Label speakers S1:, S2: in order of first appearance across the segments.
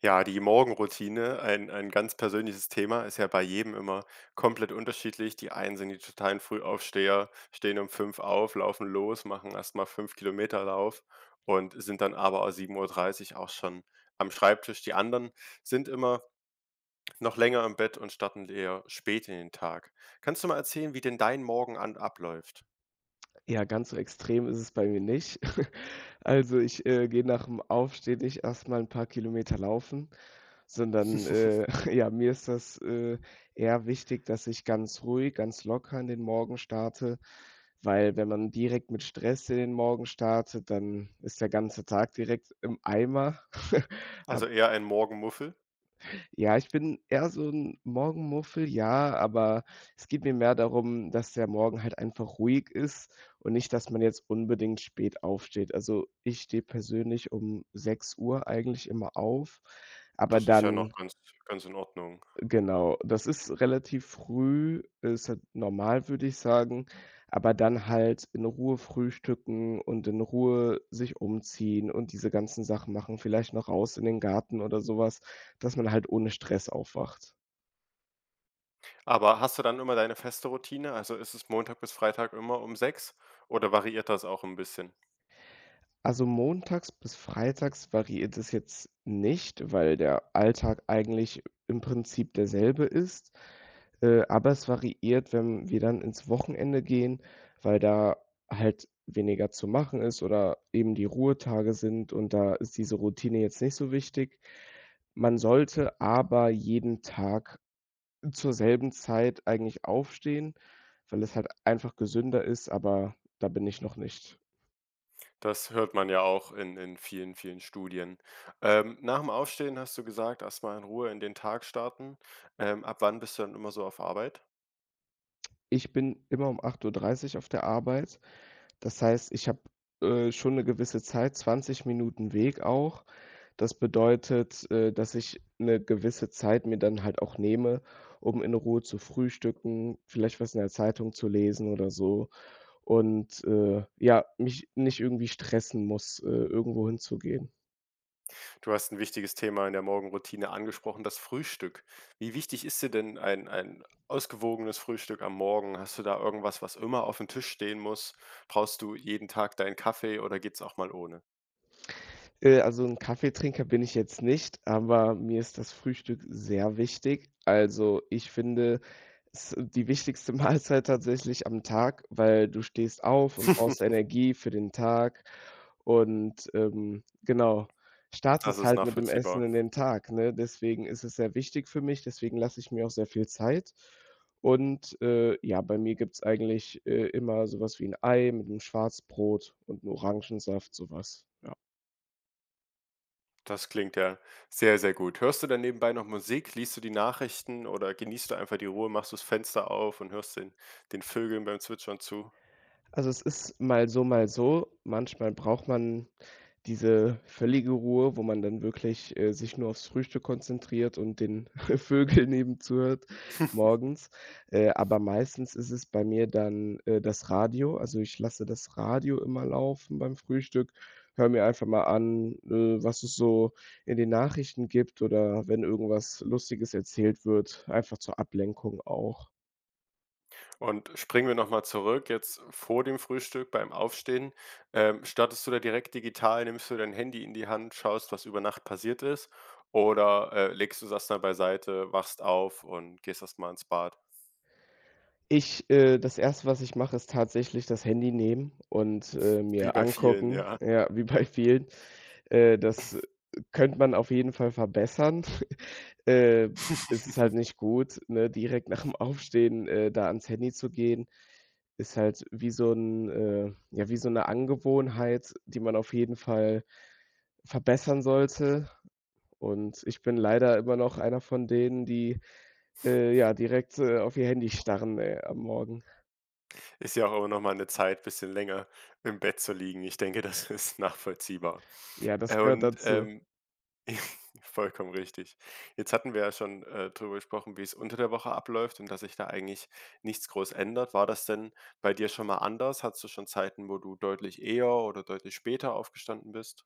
S1: Ja, die Morgenroutine, ein ganz persönliches Thema, ist ja bei jedem immer komplett unterschiedlich. Die einen sind die totalen Frühaufsteher, stehen um 5 auf, laufen los, machen erstmal fünf 5 Lauf und sind dann aber um 7:30 Uhr auch schon am Schreibtisch. Die anderen sind immer noch länger im Bett und starten eher spät in den Tag. Kannst du mal erzählen, wie denn dein Morgen an abläuft?
S2: Ja, ganz so extrem ist es bei mir nicht. Also, ich, gehe nach dem Aufstehen nicht erst mal 'n paar Kilometer laufen, sondern, ja, mir ist das, eher wichtig, dass ich ganz ruhig, ganz locker in den Morgen starte, weil wenn man direkt mit Stress in den Morgen startet, dann ist der ganze Tag direkt im Eimer.
S1: Also,
S2: Habe
S1: eher ein Morgenmuffel?
S2: ja, ich bin eher so 'n Morgenmuffel, ja, aber es geht mir mehr darum, dass der Morgen halt einfach ruhig ist und nicht, dass man jetzt unbedingt spät aufsteht. Also, ich stehe persönlich um 6 Uhr eigentlich immer auf, aber
S1: Das ist ja noch
S2: dann
S1: ganz ganz in Ordnung.
S2: genau, das ist relativ früh, ist halt normal, würde ich sagen, aber dann halt in Ruhe frühstücken und in Ruhe sich umziehen und diese ganzen Sachen machen, vielleicht noch raus in den Garten oder so was, dass man halt ohne Stress aufwacht.
S1: Aber hast du dann immer deine feste Routine? Also, ist es Montag bis Freitag immer um sechs oder variiert das auch ein bisschen?
S2: Also, montags bis freitags variiert es jetzt nicht, weil der Alltag eigentlich im Prinzip derselbe ist. Aber es variiert, wenn wir dann ins Wochenende gehen, weil da halt weniger zu machen ist oder eben die Ruhetage sind und da ist diese Routine jetzt nicht so wichtig. Man sollte aber jeden Tag zur selben Zeit eigentlich aufstehen, weil es halt einfach gesünder ist, aber da bin ich noch nicht.
S1: Das hört man ja auch in vielen, vielen Studien. Nach dem Aufstehen hast du gesagt, erst mal in Ruhe in den Tag starten. Ab wann bist du dann immer so auf Arbeit?
S2: Ich bin immer um 8:30 auf der Arbeit. Das heißt, ich habe, schon eine gewisse Zeit, 20 Minuten Weg auch. Das bedeutet, dass ich eine gewisse Zeit mir dann halt auch nehme, um in Ruhe zu frühstücken, vielleicht was in der Zeitung zu lesen oder so und, ja, mich nicht irgendwie stressen muss, irgendwo hinzugehen.
S1: Du hast ein wichtiges Thema in der Morgenroutine angesprochen, das Frühstück. Wie wichtig ist dir denn ein ausgewogenes Frühstück am Morgen? Hast du da irgendwas, was immer aufm Tisch stehen muss? Brauchst du jeden Tag deinen Kaffee oder geht's auch mal ohne?
S2: Also 'n Kaffeetrinker bin ich jetzt nicht, aber mir ist das Frühstück sehr wichtig. Also, ich finde, ist die wichtigste Mahlzeit tatsächlich am Tag, weil du stehst auf und brauchst Energie für den Tag und, genau,
S1: Das
S2: startest
S1: ist
S2: halt mit dem Essen
S1: nachvollziehbar.
S2: in den Tag, ne? Deswegen ist es sehr wichtig für mich, deswegen lasse ich mir auch sehr viel Zeit und, ja, bei mir gibt's eigentlich, immer so was wie 'n Ei mit 'nem Schwarzbrot und 'n Orangensaft, so was.
S1: Das klingt ja sehr, sehr gut. Hörst du dann nebenbei noch Musik? Liest du die Nachrichten oder genießt du einfach die Ruhe, machst du das Fenster auf und hörst den Vögeln beim Zwitschern zu?
S2: Also, es ist mal so, mal so. Manchmal braucht man diese völlige Ruhe, wo man dann wirklich, sich nur aufs Frühstück konzentriert und den Vögeln eben zuhört morgens. Aber meistens ist es bei mir dann, das Radio. Also, ich lasse das Radio immer laufen beim Frühstück, höre mir einfach mal an, was es so in den Nachrichten gibt oder wenn irgendwas Lustiges erzählt wird, einfach zur Ablenkung auch.
S1: Und springen wir noch mal zurück, jetzt vor dem Frühstück beim Aufstehen. Startest du da direkt digital, nimmst du dein Handy in die Hand, schaust, was über Nacht passiert ist oder, legst du das dann beiseite, wachst auf und gehst erst mal ins Bad?
S2: Ich Das erste, was ich mache, ist tatsächlich das Handy nehmen und,
S1: Wie
S2: mir
S1: bei vielen,
S2: angucken,
S1: ja.
S2: ja, wie bei vielen. Das könnte man auf jeden Fall verbessern. Äh, Es ist halt nicht gut, ne, direkt nach dem Aufstehen, da ans Handy zu gehen. Ist halt wie so ein ja, wie so eine Angewohnheit, die man auf jeden Fall verbessern sollte. Und ich bin leider immer noch einer von denen, die, ja, direkt, auf ihr Handy starren, ey, am Morgen.
S1: Ist ja auch immer noch mal 'ne Zeit, bisschen länger im Bett zu liegen. Ich denke, das ist nachvollziehbar.
S2: Ja, das gehört
S1: Und,
S2: dazu.
S1: vollkommen richtig. Jetzt hatten wir ja schon, drüber gesprochen, wie's unter der Woche abläuft und dass sich da eigentlich nichts groß ändert. War das denn bei dir schon mal anders? Hattest du schon Zeiten, wo du deutlich eher oder deutlich später aufgestanden bist?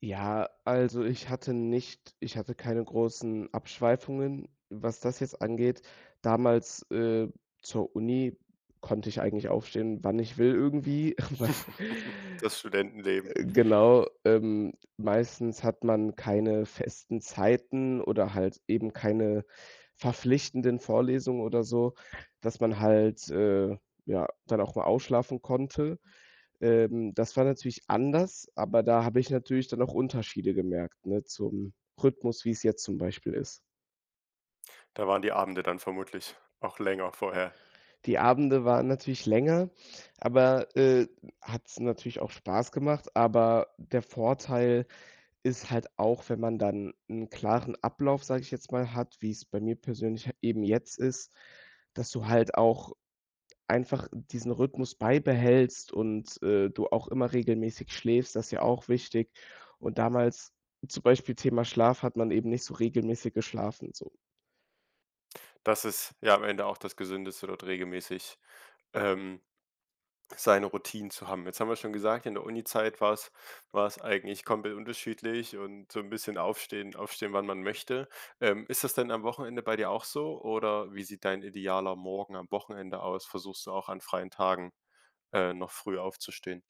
S2: Ja, also ich hatte keine großen Abschweifungen, was das jetzt angeht. Damals, zur Uni konnte ich eigentlich aufstehen, wann ich will irgendwie, weil
S1: Das Studentenleben,
S2: genau, meistens hat man keine festen Zeiten oder halt eben keine verpflichtenden Vorlesungen oder so, dass man halt, ja, dann auch mal ausschlafen konnte. Das war natürlich anders, aber da habe ich natürlich dann auch Unterschiede gemerkt, ne, zum Rhythmus, wie es jetzt zum Beispiel ist.
S1: da waren die Abende dann vermutlich auch länger vorher.
S2: Die Abende waren natürlich länger, aber, hat's natürlich auch Spaß gemacht, aber der Vorteil ist halt auch, wenn man dann einen klaren Ablauf, sage ich jetzt mal, hat, wie es bei mir persönlich eben jetzt ist, dass du halt auch einfach diesen Rhythmus beibehältst und, du auch immer regelmäßig schläfst, das ist ja auch wichtig. Und damals zum Beispiel Thema Schlaf hat man eben nicht so regelmäßig geschlafen so.
S1: Das ist ja am Ende auch das Gesündeste, dort regelmäßig, ähm seine Routinen zu haben. Jetzt haben wir schon gesagt, in der Unizeit war's eigentlich komplett unterschiedlich und so ein bisschen aufstehen, wann man möchte. Ist das denn am Wochenende bei dir auch so oder wie sieht dein idealer Morgen am Wochenende aus? Versuchst du auch an freien Tagen, noch früh aufzustehen?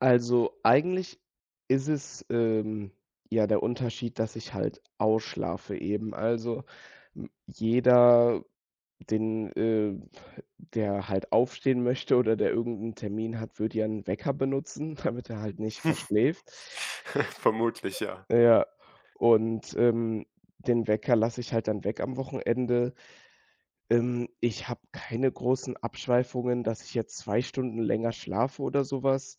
S2: Also, eigentlich ist es, ja, der Unterschied, dass ich halt ausschlafe eben. Also, hm, jeder, den der halt aufstehen möchte oder der irgendeinen Termin hat, würde ja einen Wecker benutzen, damit er halt nicht verschläft.
S1: Vermutlich, ja.
S2: Ja, und, den Wecker lasse ich halt dann weg am Wochenende. Ich habe keine großen Abschweifungen, dass ich jetzt 2 Stunden länger schlafe oder sowas,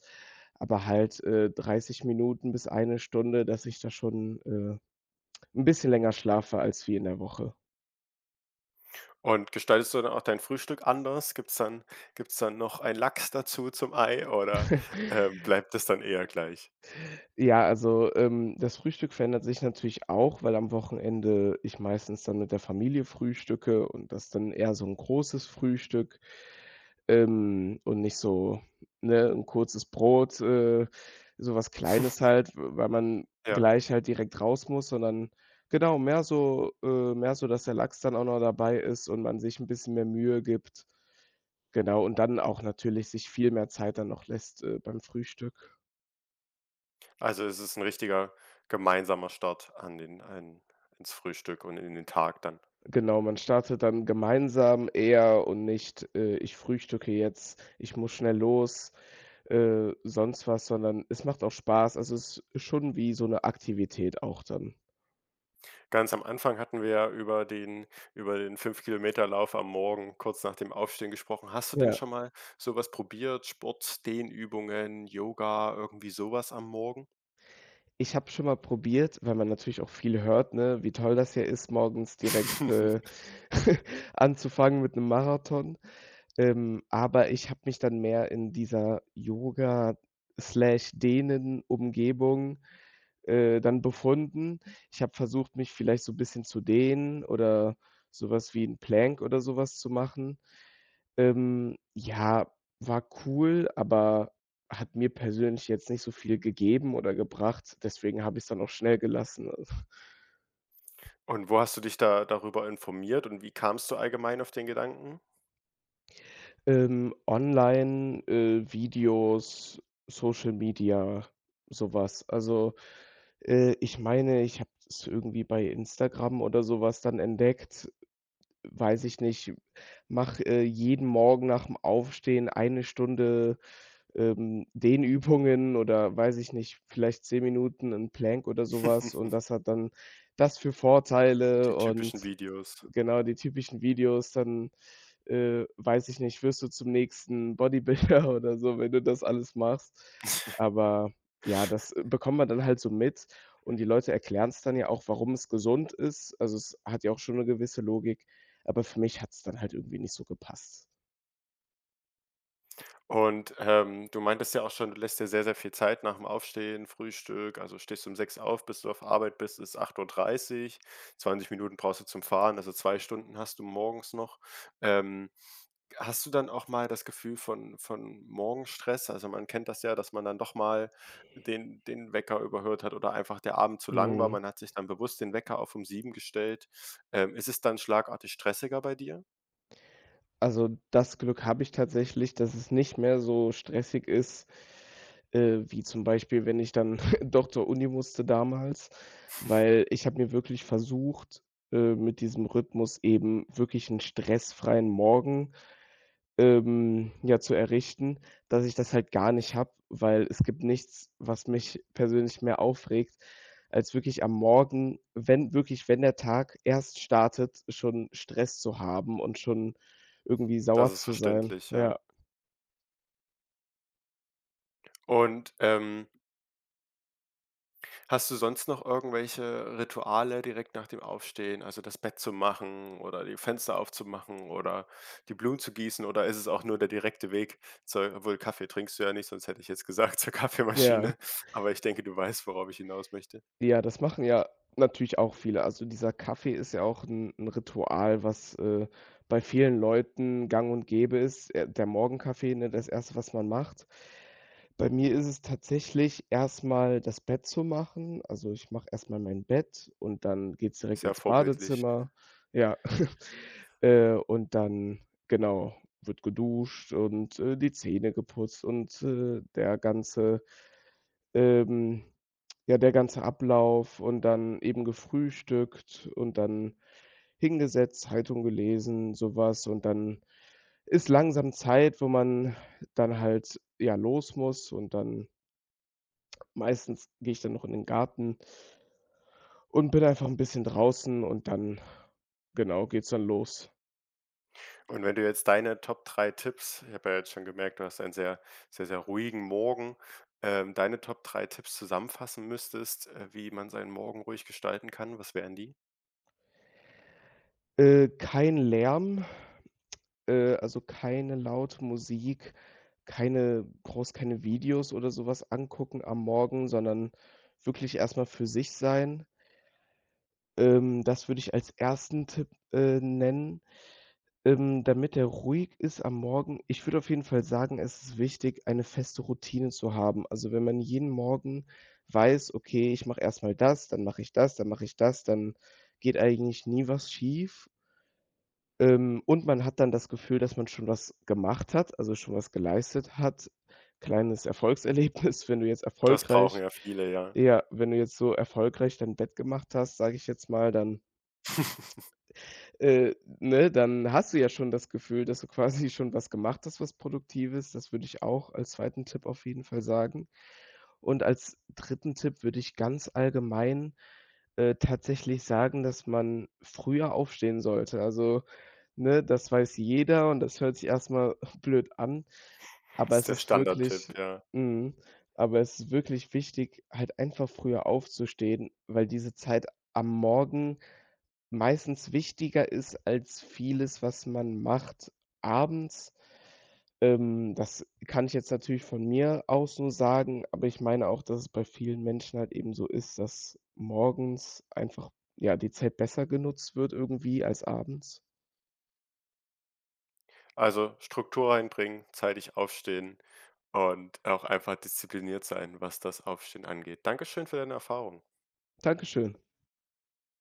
S2: aber halt, 30 Minuten bis 1 Stunde, dass ich da schon, 'n bisschen länger schlafe als wie in der Woche.
S1: Und gestaltest du dann auch dein Frühstück anders? Gibt's dann noch ein Lachs dazu zum Ei oder, bleibt es dann eher gleich?
S2: Ja, also, das Frühstück verändert sich natürlich auch, weil am Wochenende ich meistens dann mit der Familie frühstücke und das dann eher so ein großes Frühstück. Und nicht so, ne, 'n kurzes Brot, so Kleines halt, w weil man
S1: Ja.
S2: gleich halt direkt raus muss, sondern genau, mehr so, dass der Lachs dann auch noch dabei ist und man sich 'n bisschen mehr Mühe gibt. Genau, und dann auch natürlich sich viel mehr Zeit dann noch lässt, beim Frühstück.
S1: Also, es ist ein richtiger gemeinsamer Start an den ein ins Frühstück und in den Tag dann.
S2: Genau, man startet dann gemeinsam eher und nicht, „Ich frühstücke jetzt, ich muss schnell los.“ Sonst was, sondern es macht auch Spaß. Also, es ist schon wie so 'ne Aktivität auch dann.
S1: Ganz am Anfang hatten wir ja über den Fünf-Kilometer-Lauf am Morgen kurz nach dem Aufstehen gesprochen. Hast du denn
S2: Ja.
S1: schon mal sowas probiert? Sport, Dehnübungen, Yoga, irgendwie sowas am Morgen?
S2: Ich habe schon mal probiert, weil man natürlich auch viel hört, ne, wie toll das hier ist, morgens direkt, anzufangen mit 'nem Marathon. Aber ich habe mich dann mehr in dieser Yoga/Dehnen-Umgebung, Slash Dehnen-Umgebung, dann befunden. Ich habe versucht, mich vielleicht so 'n bisschen zu dehnen oder so was wie 'n Plank oder so was zu machen. Ja, war cool, aber hat mir persönlich jetzt nicht so viel gegeben oder gebracht, deswegen habe ich es dann auch schnell gelassen.
S1: Und wo hast du dich da darüber informiert und wie kamst du allgemein auf den Gedanken?
S2: Also, online, Videos, Social Media, sowas. Also, ich meine, ich habe es irgendwie bei Instagram oder sowas dann entdeckt, weiß ich nicht, mache, jeden Morgen nach dem Aufstehen 1 Stunde Dehnübungen oder weiß ich nicht, vielleicht 10 Minuten ein Plank oder sowas und das hat dann das für
S1: Die
S2: Vorteile
S1: typischen
S2: und
S1: Videos.
S2: genau die typischen Videos, dann, weiß ich nicht, wirst du zum nächsten Bodybuilder oder so, wenn du das alles machst. Aber ja, das, bekommt man dann halt so mit und die Leute erklären es dann ja auch, warum es gesund ist. Also, es hat ja auch schon eine gewisse Logik, aber für mich hat es dann halt irgendwie nicht so gepasst.
S1: Und, du meintest ja auch schon, du lässt dir sehr, sehr viel Zeit nach dem Aufstehen, Frühstück. Also, stehst du um 6 auf, bis du auf Arbeit bist, ist 8:30. 20 Minuten brauchst du zum Fahren, also 2 Stunden hast du morgens noch. Ähm, Hast du dann auch mal das Gefühl von Morgenstress? Also, man kennt das ja, dass man dann doch mal den Wecker überhört hat oder einfach der Abend zu lang war.
S2: Mhm.
S1: Man hat sich dann bewusst den Wecker auf um 7 gestellt. Ist es dann schlagartig stressiger bei dir?
S2: Also, das Glück habe ich tatsächlich, dass es nicht mehr so stressig ist, wie zum Beispiel, wenn ich dann doch zur Uni musste damals, weil ich habe mir wirklich versucht, mit diesem Rhythmus eben wirklich einen stressfreien Morgen ja, zu errichten, dass ich das halt gar nicht habe, weil es gibt nichts, was mich persönlich mehr aufregt, als wirklich am Morgen, wenn wirklich wenn der Tag erst startet, schon Stress zu haben und schon irgendwie
S1: Das
S2: sauer
S1: ist
S2: zu sein.
S1: verständlich, ja.
S2: Ja,
S1: Und, ähm Hast du sonst noch irgendwelche Rituale direkt nach dem Aufstehen, also das Bett zu machen oder die Fenster aufzumachen oder die Blumen zu gießen oder ist es auch nur der direkte Weg zur obwohl Kaffee trinkst du ja nicht, sonst hätte ich jetzt gesagt zur
S2: ja.
S1: Kaffeemaschine, aber ich denke, du weißt, worauf ich hinaus möchte.
S2: Ja, das machen ja natürlich auch viele. Also, dieser Kaffee ist ja auch 'n Ritual, was, bei vielen Leuten gang und gäbe ist. Der Morgenkaffee, ne, das erste, was man macht. Bei mir ist es tatsächlich erst mal das Bett zu machen. Also, ich mache erst mal mein Bett und dann geht's direkt
S1: Sehr
S2: ins
S1: vorbildlich.
S2: Badezimmer. Ja, und dann genau, wird geduscht und, die Zähne geputzt und, der ganze ähm, ja, der ganze Ablauf und dann eben gefrühstückt und dann hingesetzt, Zeitung gelesen, sowas. Und dann ist langsam Zeit, wo man dann halt, ja, los muss und dann meistens gehe ich dann noch in den Garten und bin einfach ein bisschen draußen und dann genau, geht's dann los.
S1: Und wenn du jetzt deine Top 3 Tipps ich habe ja jetzt schon gemerkt, du hast einen sehr, sehr, sehr ruhigen Morgen, deine Top 3 Tipps zusammenfassen müsstest, wie man seinen Morgen ruhig gestalten kann, was wären die?
S2: Kein Lärm. Also keine laute Musik, keine Videos oder so was angucken am Morgen, sondern wirklich erst mal für sich sein. Das würde ich als ersten Tipp, nennen, damit er ruhig ist am Morgen. Ich würde auf jeden Fall sagen, es ist wichtig, eine feste Routine zu haben. Also, wenn man jeden Morgen weiß: „Okay, ich mache erst mal das, dann mache ich das, dann mache ich das“, dann geht eigentlich nie was schief. Und man hat dann das Gefühl, dass man schon was gemacht hat, also schon was geleistet hat. Kleines Erfolgserlebnis, wenn du jetzt
S1: Das brauchen
S2: erfolgreich
S1: ja viele, ja.
S2: Ja, wenn du jetzt so erfolgreich dein Bett gemacht hast, sage ich jetzt mal, dann, äh, ne, dann hast du ja schon das Gefühl, dass du quasi schon was gemacht hast, was Produktives. Das würde ich auch als zweiten Tipp auf jeden Fall sagen. Und als dritten Tipp würde ich ganz allgemein, tatsächlich sagen, dass man früher aufstehen sollte. Also, ne, das weiß jeder und das hört sich erst mal blöd an, aber
S1: Ist
S2: es
S1: der
S2: ist
S1: Standardtipp,
S2: wirklich
S1: ja.
S2: mhm, aber es ist wirklich wichtig, halt einfach früher aufzustehen, weil diese Zeit am Morgen meistens wichtiger ist als vieles, was man macht abends. Das kann ich jetzt natürlich von mir aus nur sagen, aber ich meine auch, dass es bei vielen Menschen halt eben so ist, dass morgens einfach, ja, die Zeit besser genutzt wird irgendwie als abends.
S1: Also, Struktur reinbringen, zeitig aufstehen und auch einfach diszipliniert sein, was das Aufstehen angeht. Dankeschön für deine Erfahrung.
S2: Dankeschön.